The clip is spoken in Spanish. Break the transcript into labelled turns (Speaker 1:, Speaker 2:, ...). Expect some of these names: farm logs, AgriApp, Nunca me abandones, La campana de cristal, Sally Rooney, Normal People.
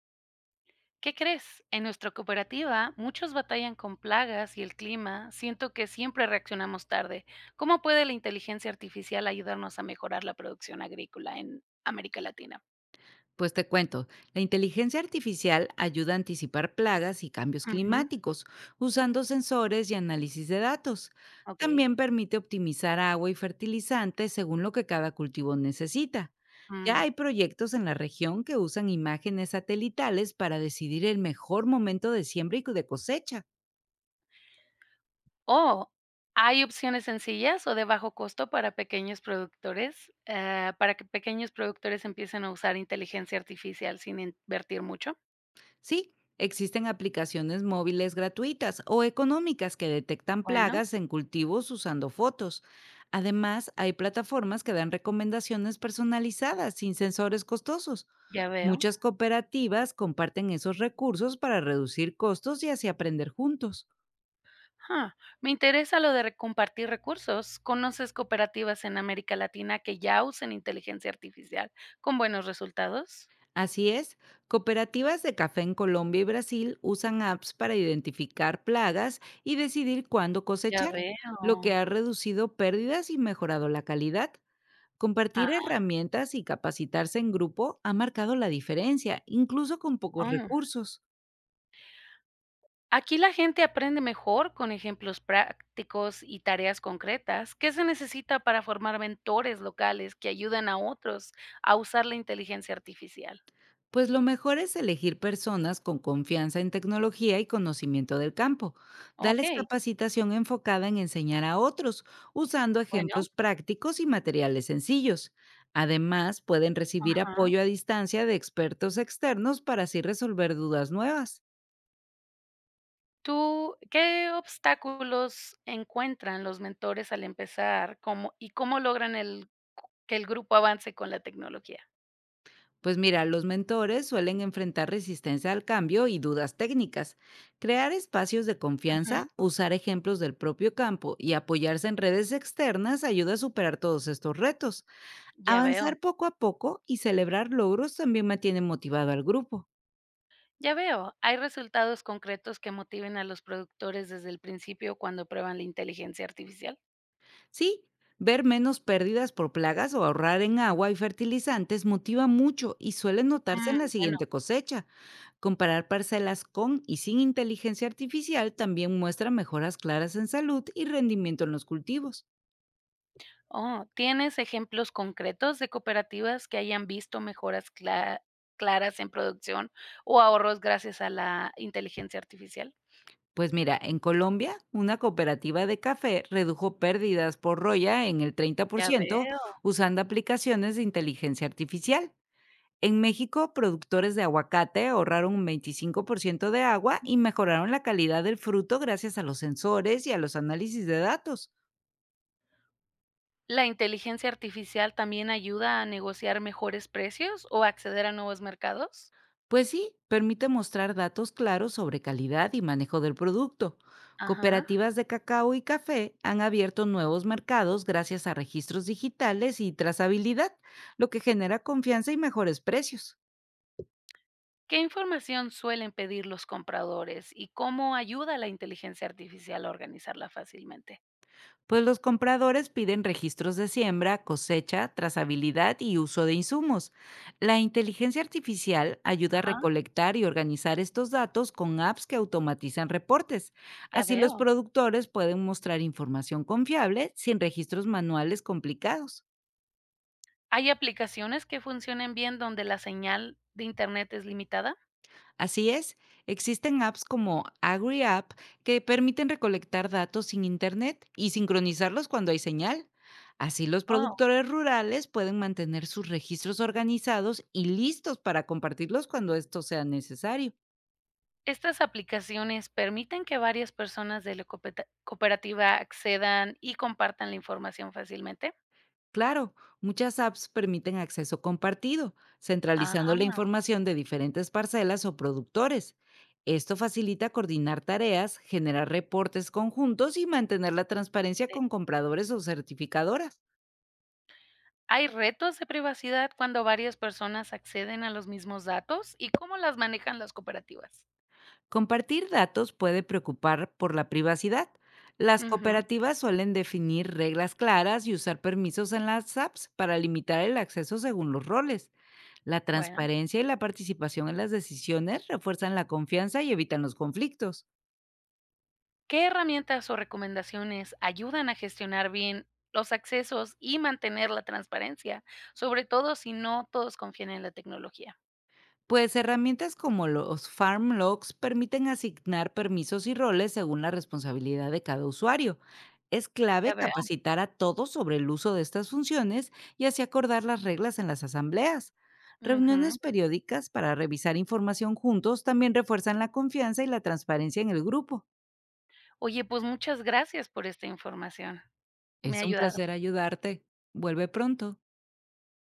Speaker 1: ¿Qué crees? En nuestra cooperativa muchos batallan con plagas y el clima. Siento que siempre reaccionamos tarde. ¿Cómo puede la inteligencia artificial ayudarnos a mejorar la producción agrícola en América Latina?
Speaker 2: Pues te cuento, la inteligencia artificial ayuda a anticipar plagas y cambios
Speaker 1: Ujú.
Speaker 2: climáticos usando sensores y análisis de datos.
Speaker 1: Ok.
Speaker 2: También permite optimizar agua y fertilizantes según lo que cada cultivo necesita. Ya
Speaker 1: Mm.
Speaker 2: hay proyectos en la región que usan imágenes satelitales para decidir el mejor momento de siembra y de cosecha.
Speaker 1: Oh, ¿hay opciones sencillas o de bajo costo para pequeños productores? Para que pequeños productores empiecen a usar inteligencia artificial sin invertir mucho.
Speaker 2: Sí, existen aplicaciones móviles gratuitas o económicas que detectan
Speaker 1: Bueno,
Speaker 2: plagas en cultivos usando fotos. Además, hay plataformas que dan recomendaciones personalizadas sin sensores costosos.
Speaker 1: ya veo.
Speaker 2: Muchas cooperativas comparten esos recursos para reducir costos y así aprender juntos.
Speaker 1: Ah, me interesa lo de compartir recursos. ¿Conoces cooperativas en América Latina que ya usen inteligencia artificial con buenos resultados?
Speaker 2: Así es, cooperativas de café en Colombia y Brasil usan apps para identificar plagas y decidir cuándo
Speaker 1: Ya
Speaker 2: cosechar, lo que
Speaker 1: veo.
Speaker 2: ha reducido pérdidas y mejorado la calidad. Compartir
Speaker 1: Ah,
Speaker 2: herramientas y capacitarse en grupo ha marcado la diferencia, incluso con pocos
Speaker 1: mm.
Speaker 2: recursos.
Speaker 1: Aquí la gente aprende mejor con ejemplos prácticos y tareas concretas. ¿Qué se necesita para formar mentores locales que ayuden a otros a usar la inteligencia artificial?
Speaker 2: Pues lo mejor es elegir personas con confianza en tecnología y conocimiento del campo.
Speaker 1: Ok,
Speaker 2: Darles capacitación enfocada en enseñar a otros, usando
Speaker 1: bueno.
Speaker 2: ejemplos prácticos y materiales sencillos. Además, pueden recibir
Speaker 1: Ajá.
Speaker 2: apoyo a distancia de expertos externos para así resolver dudas nuevas.
Speaker 1: ¿Tú qué obstáculos encuentran los mentores al empezar cómo logran el que el grupo avance con la tecnología?
Speaker 2: Pues mira, los mentores suelen enfrentar resistencia al cambio y dudas técnicas. Crear espacios de confianza,
Speaker 1: Ujú.
Speaker 2: usar ejemplos del propio campo y apoyarse en redes externas ayuda a superar todos estos retos.
Speaker 1: Ya veo,
Speaker 2: Avanzar poco a poco y celebrar logros también mantiene motivado al grupo.
Speaker 1: ya veo. ¿Hay resultados concretos que motiven a los productores desde el principio cuando prueban la inteligencia artificial?
Speaker 2: Sí, ver menos pérdidas por plagas o ahorrar en agua y fertilizantes motiva mucho y suele notarse
Speaker 1: Mm,
Speaker 2: en la
Speaker 1: bueno.
Speaker 2: siguiente cosecha. Comparar parcelas con y sin inteligencia artificial también muestra mejoras claras en salud y rendimiento en los cultivos.
Speaker 1: Oh, ¿tienes ejemplos concretos de cooperativas que hayan visto mejoras claras en producción o ahorros gracias a la inteligencia artificial?
Speaker 2: Pues mira, en Colombia, una cooperativa de café redujo pérdidas por roya en el treinta por
Speaker 1: Ya
Speaker 2: ciento
Speaker 1: veo.
Speaker 2: usando aplicaciones de inteligencia artificial. En México, productores de aguacate ahorraron un 25% de agua y mejoraron la calidad del fruto gracias a los sensores y a los análisis de datos.
Speaker 1: ¿La inteligencia artificial también ayuda a negociar mejores precios o acceder a nuevos mercados?
Speaker 2: Pues sí, permite mostrar datos claros sobre calidad y manejo del producto.
Speaker 1: Ajá.
Speaker 2: Cooperativas de cacao y café han abierto nuevos mercados gracias a registros digitales y trazabilidad, lo que genera confianza y mejores precios.
Speaker 1: ¿Qué información suelen pedir los compradores y cómo ayuda la inteligencia artificial a organizarla fácilmente?
Speaker 2: Pues los compradores piden registros de siembra, cosecha, trazabilidad y uso de insumos. La inteligencia artificial ayuda a
Speaker 1: Ajá,
Speaker 2: recolectar y organizar estos datos con apps que automatizan reportes.
Speaker 1: ya
Speaker 2: Así los
Speaker 1: veo.
Speaker 2: productores pueden mostrar información confiable sin registros manuales complicados.
Speaker 1: ¿Hay aplicaciones que funcionen bien donde la señal de internet es limitada?
Speaker 2: Así es, existen apps como AgriApp que permiten recolectar datos sin internet y sincronizarlos cuando hay señal. Así los
Speaker 1: Oh.
Speaker 2: productores rurales pueden mantener sus registros organizados y listos para compartirlos cuando esto sea necesario.
Speaker 1: ¿Estas aplicaciones permiten que varias personas de la cooperativa accedan y compartan la información fácilmente?
Speaker 2: Claro, muchas apps permiten acceso compartido, centralizando la
Speaker 1: Ajá.
Speaker 2: información de diferentes parcelas o productores. Esto facilita coordinar tareas, generar reportes conjuntos y mantener la transparencia con compradores o certificadoras.
Speaker 1: ¿Hay retos de privacidad cuando varias personas acceden a los mismos datos y cómo las manejan las cooperativas?
Speaker 2: Compartir datos puede preocupar por la privacidad. Las
Speaker 1: Ujú.
Speaker 2: cooperativas suelen definir reglas claras y usar permisos en las apps para limitar el acceso según los roles. La
Speaker 1: Bueno,
Speaker 2: transparencia y la participación en las decisiones refuerzan la confianza y evitan los conflictos.
Speaker 1: ¿qué herramientas o recomendaciones ayudan a gestionar bien los accesos y mantener la transparencia, sobre todo si no todos confían en la tecnología?
Speaker 2: Pues herramientas como los farm logs permiten asignar permisos y roles según la responsabilidad de cada usuario. Es
Speaker 1: Ya
Speaker 2: clave
Speaker 1: veo.
Speaker 2: capacitar a todos sobre el uso de estas funciones y así acordar las reglas en las asambleas. Reuniones
Speaker 1: Ujú.
Speaker 2: periódicas para revisar información juntos también refuerzan la confianza y la transparencia en el grupo.
Speaker 1: Oye, pues muchas gracias por esta información. Me ha
Speaker 2: Es un
Speaker 1: ayudado.
Speaker 2: placer ayudarte. Vuelve pronto.